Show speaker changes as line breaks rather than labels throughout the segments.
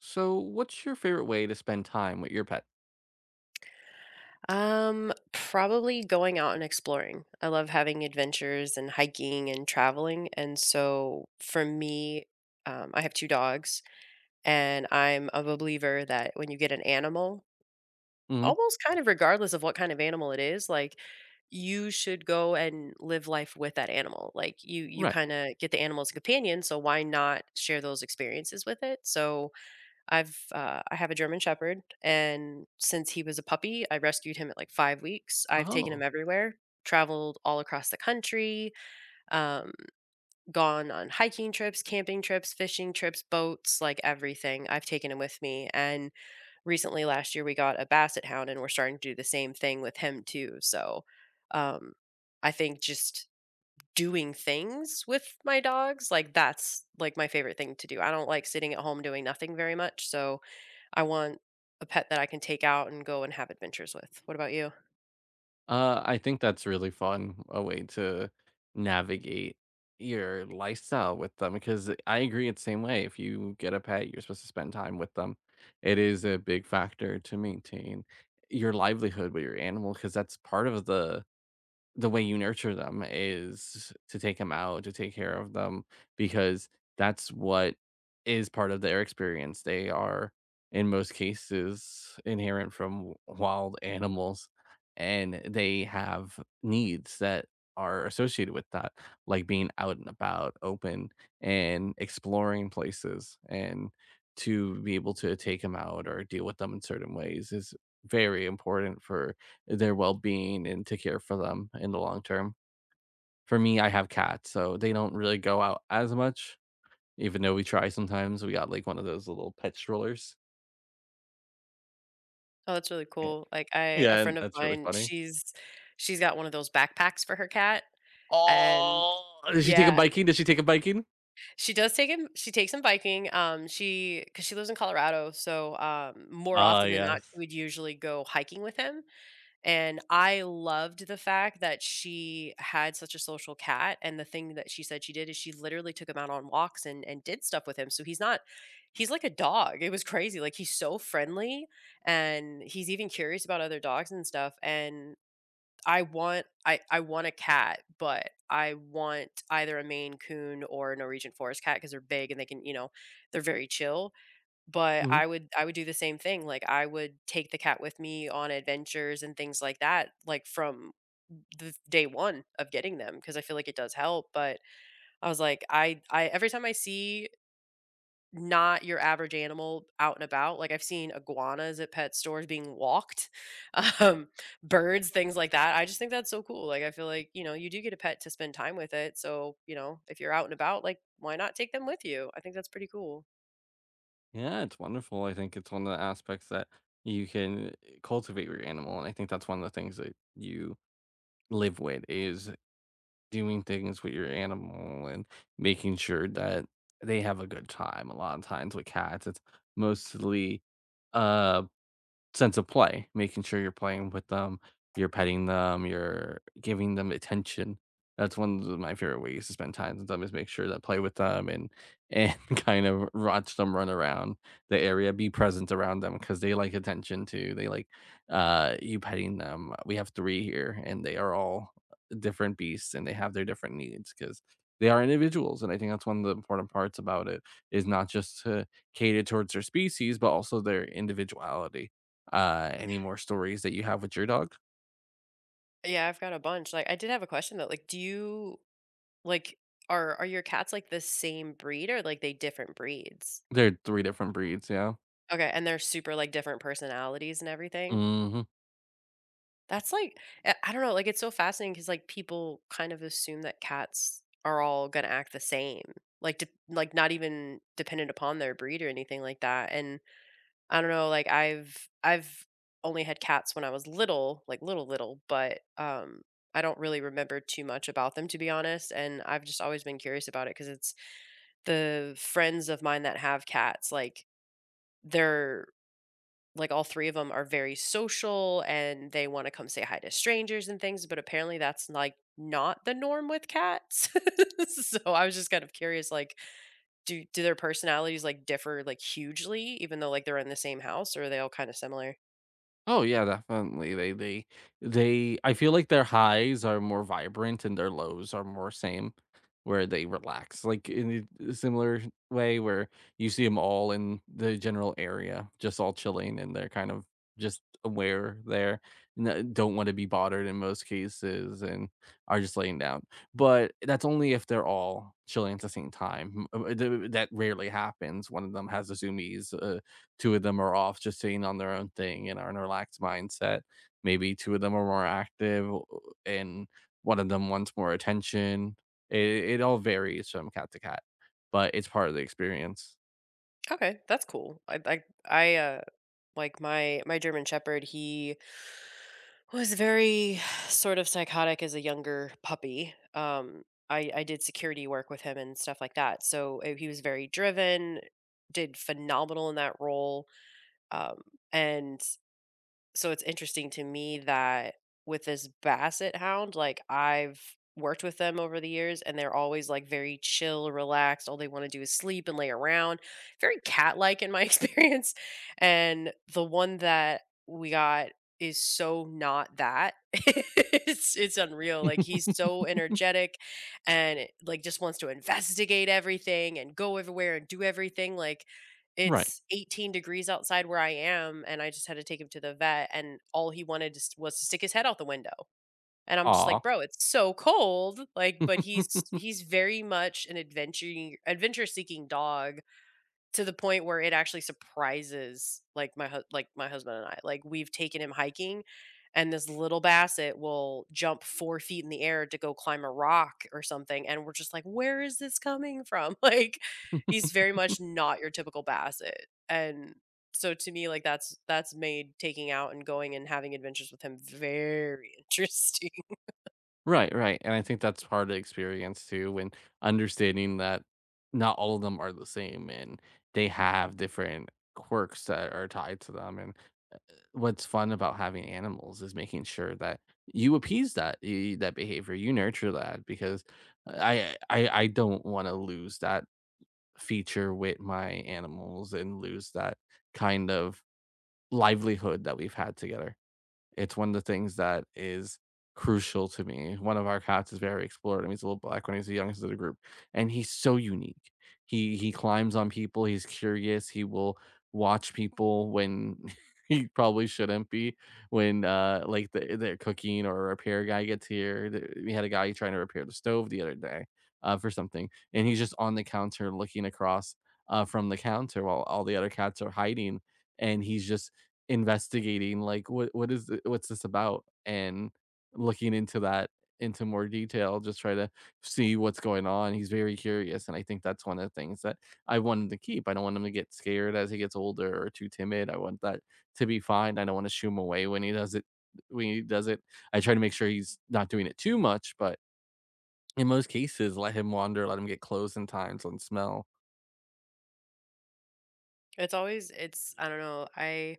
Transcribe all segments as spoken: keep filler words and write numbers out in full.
So, what's your favorite way to spend time with your pet?
Um, probably going out and exploring. I love having adventures and hiking and traveling. And so for me, um, I have two dogs, and I'm a believer that when you get an animal,
Mhm.
almost kind of regardless of what kind of animal it is, like you should go and live life with that animal. Like you you
Right.
kind of get the animal as a companion, so why not share those experiences with it? So I've uh, I have a German Shepherd, and since he was a puppy, I rescued him at like five weeks. I've taken
Oh.
him everywhere, traveled all across the country, um, gone on hiking trips, camping trips, fishing trips, boats, like everything. I've taken him with me, and recently last year we got a Basset Hound, and we're starting to do the same thing with him too. So, um, I think just doing things with my dogs like that's like my favorite thing to do. I don't like sitting at home doing nothing very much, so I want a pet that I can take out and go and have adventures with. What about you?
Uh, I think that's really fun, a way to navigate your lifestyle with them because I agree it's the same way. If you get a pet, you're supposed to spend time with them. It is a big factor to maintain your livelihood with your animal because that's part of the The way you nurture them is to take them out, to take care of them, because that's what is part of their experience. They are, in most cases, inherent from wild animals, and they have needs that are associated with that, like being out and about, open, and exploring places. And to be able to take them out or deal with them in certain ways is very important for their well-being and to care for them in the long term. For me, I have cats, so they don't really go out as much, even though we try sometimes. We got, like, one of those little pet strollers.
Oh, that's really
Eh
cool. Like I a
yeah, and
friend of
that's really
mine,
funny.
she's she's got one of those backpacks for her cat and
Oh, did she take a
yeah,
biking? Did she take a biking?
she does take him she takes him biking. Um she cuz she lives in Colorado, so um more
Ah,
often than not she
yes.
would usually go hiking with him. And I loved the fact that she had such a social cat, and the thing that she said she did is she literally took him out on walks and and did stuff with him, so he's not he's like a dog. It was crazy, like, he's so friendly, and he's even curious about other dogs and stuff, and I want I I want a cat, but I want either a Maine Coon or a Norwegian Forest cat because 'cause they're big and they can, you know, they're very chill. But
Mhm.
I would I would do the same thing, like, I would take the cat with me on adventures and things like that, like, from the day one of getting them because I feel like it does help. But I was like, I I every time I see not your average animal out and about, like, I've seen iguanas at pet stores being walked, um, birds, things like that. I just think that's so cool, like, I feel like, you know, you do get a pet to spend time with it, so, you know, if you're out and about, like, why not take them with you? I think that's pretty cool.
Yeah, it's wonderful. I think it's one of the aspects that you can cultivate your animal, and I think that's one of the things that you live with is doing things with your animal and making sure that they have a good time. A lot of times with cats, it's mostly, um sense of play, making sure you're playing with them, you're petting them, you're giving them attention. That's one of my favorite ways to spend time with them is make sure that play with them and and kind of watch them run around the area, be present around them because they like attention too. They like uh you petting them. We have three here and they are all different beasts and they have their different needs because they are individuals. And I think that's one of the important parts about it is not just to cater towards their species, but also their individuality. Uh, any more stories that you have with your dog?
Yeah, I've got a bunch. Like, I did have a question though. Like, do you like are are your cats like the same breed or like they different breeds?
They're three different breeds, yeah.
Okay, and they're super like different personalities and everything.
Mhm.
That's like I I don't know, like it's so fascinating cuz like people kind of assume that cats are all going to act the same. Like de- like not even dependent upon their breed or anything like that. And I don't know, like I've I've only had cats when I was little, like little little, but um I don't really remember too much about them to be honest, and I've just always been curious about it because it's the friends of mine that have cats, like they're like all three of them are very social and they want to come say hi to strangers and things, but apparently that's like not the norm with cats. So I was just kind of curious like do do their personalities like differ like hugely even though like they're in the same house or are they all kind of similar?
Oh yeah, definitely. They they they I feel like their highs are more vibrant and their lows are more same where they relax. Like in a similar way where you see them all in the general area, just all chilling and they're kind of just aware there and don't want to be bothered in most cases and are just laying down. But that's only if they're all chilling at the same time. M- uh, th- That rarely happens. One of them has a zoomies, uh, two of them are off just sitting on their own thing and are in a relaxed mindset. Maybe two of them are more active and one of them wants more attention. It, it all varies from cat to cat, but it's part of the experience.
Okay, that's cool. I I I uh Like my my German Shepherd, he was very sort of psychotic as a younger puppy. Um I I did security work with him and stuff like that. So uh, he was very driven, did phenomenal in that role. Um and so it's interesting to me that with this basset hound, like I've worked with them over the years and they're always like very chill, relaxed. All they want to do is sleep and lay around. Very cat like in my experience. And the one that we got is so not that. it's it's unreal. Like he's so energetic and like just wants to investigate everything and go everywhere and do everything. Like
Right.
it's eighteen degrees outside where I am, and I just had to take him to the vet, and all he wanted just was to stick his head out the window, and I'm just
Aw.
like, "Bro, it's so cold," like, but he's he's very much an adventure adventure-seeking dog, to the point where it actually surprises, like, my hu like, my husband and I. Like, we've taken him hiking, and this little basset will jump four feet in the air to go climb a rock or something, and we're just like, "Where is this coming from?" Like, he's very much not your typical basset, and so to me, like, that's that's made taking out and going and having adventures with him very interesting.
Right, right. And I think that's part of the experience too, when understanding that not all of them are the same and they have different quirks that are tied to them. And what's fun about having animals is making sure that you appease that y- that behavior, you nurture that because I I I don't want to lose that feature with my animals and lose that kind of livelihood that we've had together. It's one of the things that is crucial to me. One of our cats is very explorative. He's a little black when he's the youngest of the group, and he's so unique. He he climbs on people. He's curious. He will watch people when he probably shouldn't be. When uh like the the cooking or repair guy gets here, The- we had a guy trying to repair the stove the other day uh, for something, and he's just on the counter looking across uh, from the counter while all the other cats are hiding, and he's just investigating like what what is th what's this about? And looking into that into more detail, just try to see what's going on. He's very curious, and I think that's one of the things that I want him to keep. I don't want him to get scared as he gets older or too timid. I want that to be fine. I don't want to shoo him away when he does it when he does it. I try to make sure he's not doing it too much, but in most cases, let him wander, let him get close in times and smell.
It's always it's I don't know, I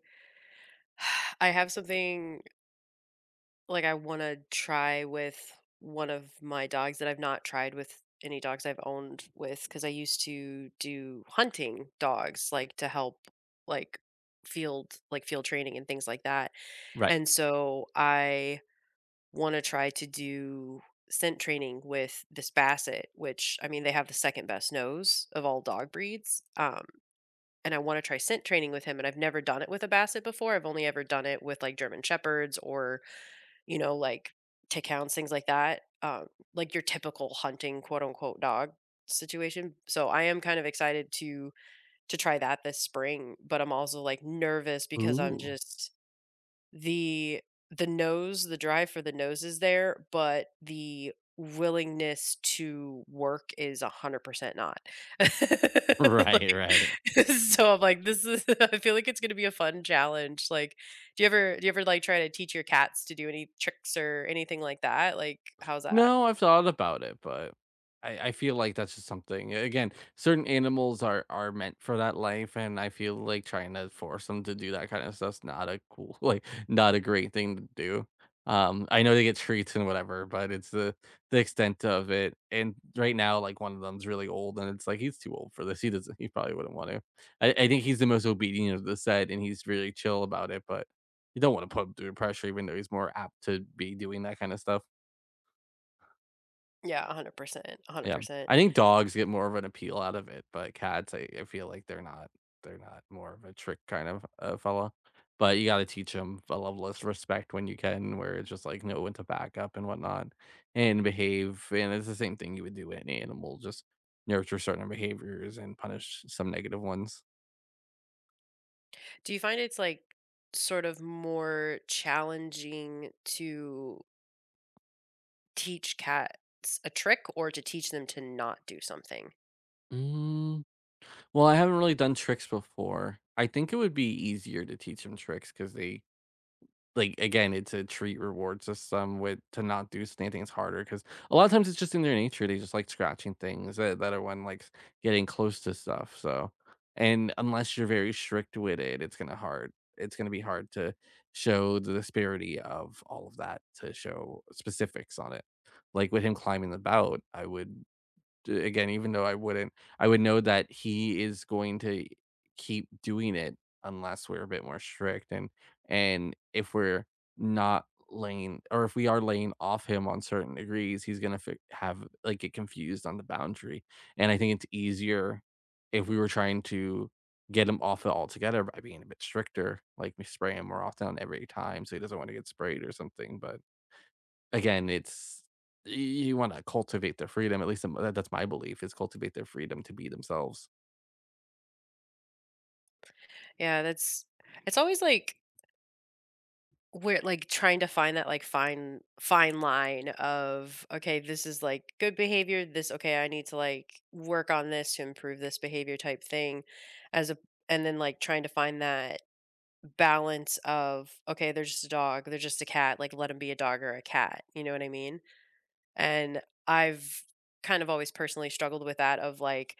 I have something. Like, I wanna try with one of my dogs that I've not tried with any dogs I've owned with, because I used to do hunting dogs, like, to help, like, field like, field training and things like that,
Right.
and so I wanna try to do scent training with this basset, which, I mean, they have the second best nose of all dog breeds, um, and I wanna try scent training with him, and I've never done it with a basset before. I've only ever done it with, like, German Shepherds or you know, like tick hounds, things like that. Um, like your typical hunting quote unquote dog situation. So I am kind of excited to to try that this spring, but I'm also like nervous because I'm
Ooh.
just the the nose, the drive for the nose is there, but the willingness to work is one hundred percent not.
Right, right.
Like, so I'm like, this is I feel like it's gonna be a fun challenge. Like, do you ever do you ever, like, try to teach your cats to do any tricks or anything like that? Like, how's that?
No, I've thought about it, but I, I feel like that's just something. Again, certain animals are are meant for that life, and I feel like trying to force them to do that kind of stuff's not a cool, like, not a great thing to do. Um, I know they get treats and whatever, but it's the the extent of it. And right now, like one of them's really old, and it's like he's too old for this. He doesn't. He probably wouldn't want to. I, I think he's the most obedient of the set, and he's really chill about it. But you don't want to put him through pressure, even though he's more apt to be doing that kind of stuff.
Yeah, one hundred percent, a
Yeah.
one hundred percent.
I think dogs get more of an appeal out of it, but cats, I I feel like they're not they're not more of a trick kind of a fella, but you gotta teach teach them a level of respect when you can, where it's just like know when to back up and whatnot and behave, and it's the same thing you would do with an animal, just nurture certain behaviors and punish some negative ones.
Do you find it's, like, sort of more challenging to teach cats a trick or to teach them to not do something?
Mm, well, I haven't really done tricks before. I think it would be easier to teach them tricks because they like, again, it's a treat reward system with to not do anything is harder because a lot of times it's just in their nature, they just like scratching things that that are when, like, getting close to stuff, so and unless you're very strict with it, it's gonna hard it's gonna be hard to show the disparity of all of that to show specifics on it. Like, with him climbing the belt, I would again, even though I wouldn't, I would know that he is going to keep doing it unless we're a bit more strict and and if we're not laying or if we are laying off him on certain degrees, he's gonna fi- have like get confused on the boundary. And I think it's easier if we were trying to get him off it altogether by being a bit stricter, like we spray him more often on every time so he doesn't want to get sprayed or something. But again, it's you wanna cultivate their freedom, at least m that that's my belief, is cultivate their freedom to be themselves.
Yeah, that's it's always like we're like trying to find that like fine fine line of okay, this is like good behavior, this okay, I need to like work on this to improve this behavior type thing as a and then like trying to find that balance of okay, they're just a dog, they're just a cat, like let them be a dog or a cat, you know what I mean? And I've kind of always personally struggled with that of like,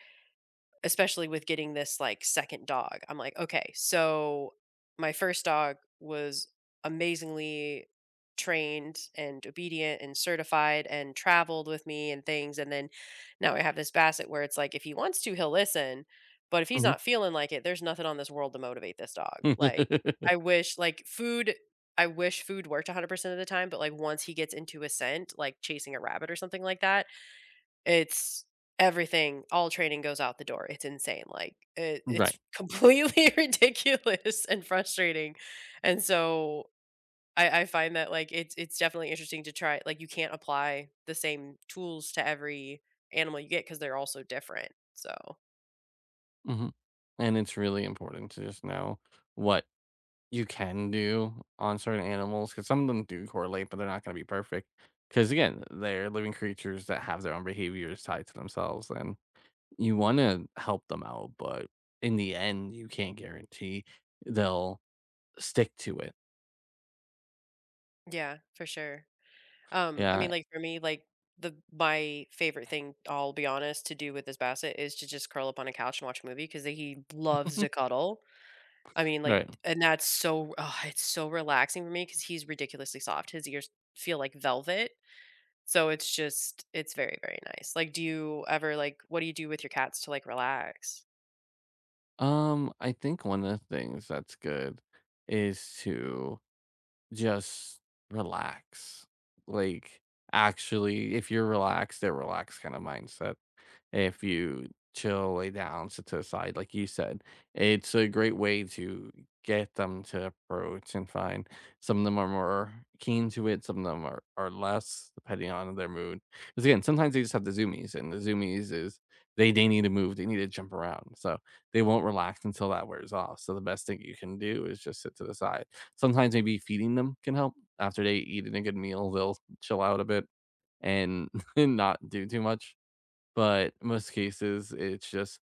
especially with getting this, like, second dog. I'm like, "Okay, so my first dog was amazingly trained and obedient and certified and traveled with me and things," and then now I have this basset where it's like, if he wants to, he'll listen, but if he's
Mhm.
not feeling like it, there's nothing on this world to motivate this dog. Like, I wish like, food I wish food worked one hundred percent of the time. But, like, once he gets into a scent, like chasing a rabbit or something like that, it's everything, all training goes out the door, it's insane, like, it
Right.
it's completely ridiculous and frustrating, and so, I I find that, like, it's it's definitely interesting to try. Like, you can't apply the same tools to every animal you get because 'cause they're all so different, so.
Mhm. And it's really important to just know what you can do on certain animals because some of them do correlate, but they're not gonna be perfect. Because again, they're living creatures that have their own behaviors tied to themselves, and you wanna help them out, but in the end, you can't guarantee they'll stick to it.
Yeah, for sure. Um, I
Yeah.
mean, like, for me, like, the my favorite thing, I'll be honest, to do with this basset is to just curl up on a couch and watch a movie because he loves to cuddle. I mean, like,
Right.
and that's so oh, it's so relaxing for me because he's ridiculously soft. His ears feel like velvet, so it's just it's very, very nice. Like, do you ever, like what do you do with your cats to, like, relax?
Um, I think one of the things that's good is to just relax. Like, actually, if you're relaxed, a relaxed kind of mindset if you chill, lay down, sit to the side, like you said. It's a great way to get them to approach and find some of them are more keen to it, some of them are, are less, depending on their mood. Because again, sometimes they just have the zoomies, and the zoomies is they, they need to move, they need to jump around. So they won't relax until that wears off. So the best thing you can do is just sit to the side. Sometimes maybe feeding them can help. After they eat a good meal, they'll chill out a bit and not do too much but most cases, it's just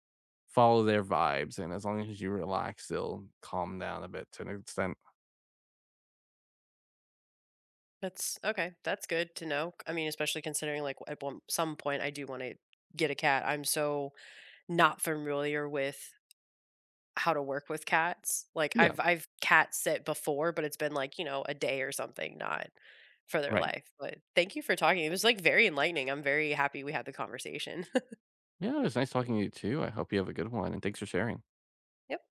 follow their vibes, and as long as you relax, they'll calm down a bit to an extent.
That's okay, that's good to know. I mean, especially considering, like, at one some point, I do wanna get a cat. I'm so not familiar with how to work with cats. Like
Yeah,
I've I've cat sit before, but it's been like, you know, a day or something, not for their
right.
life. But thank you for talking. It was like very enlightening. I'm very happy we had the conversation.
Yeah, it was nice talking to you too. I hope you have a good one, and thanks for sharing.
Yep.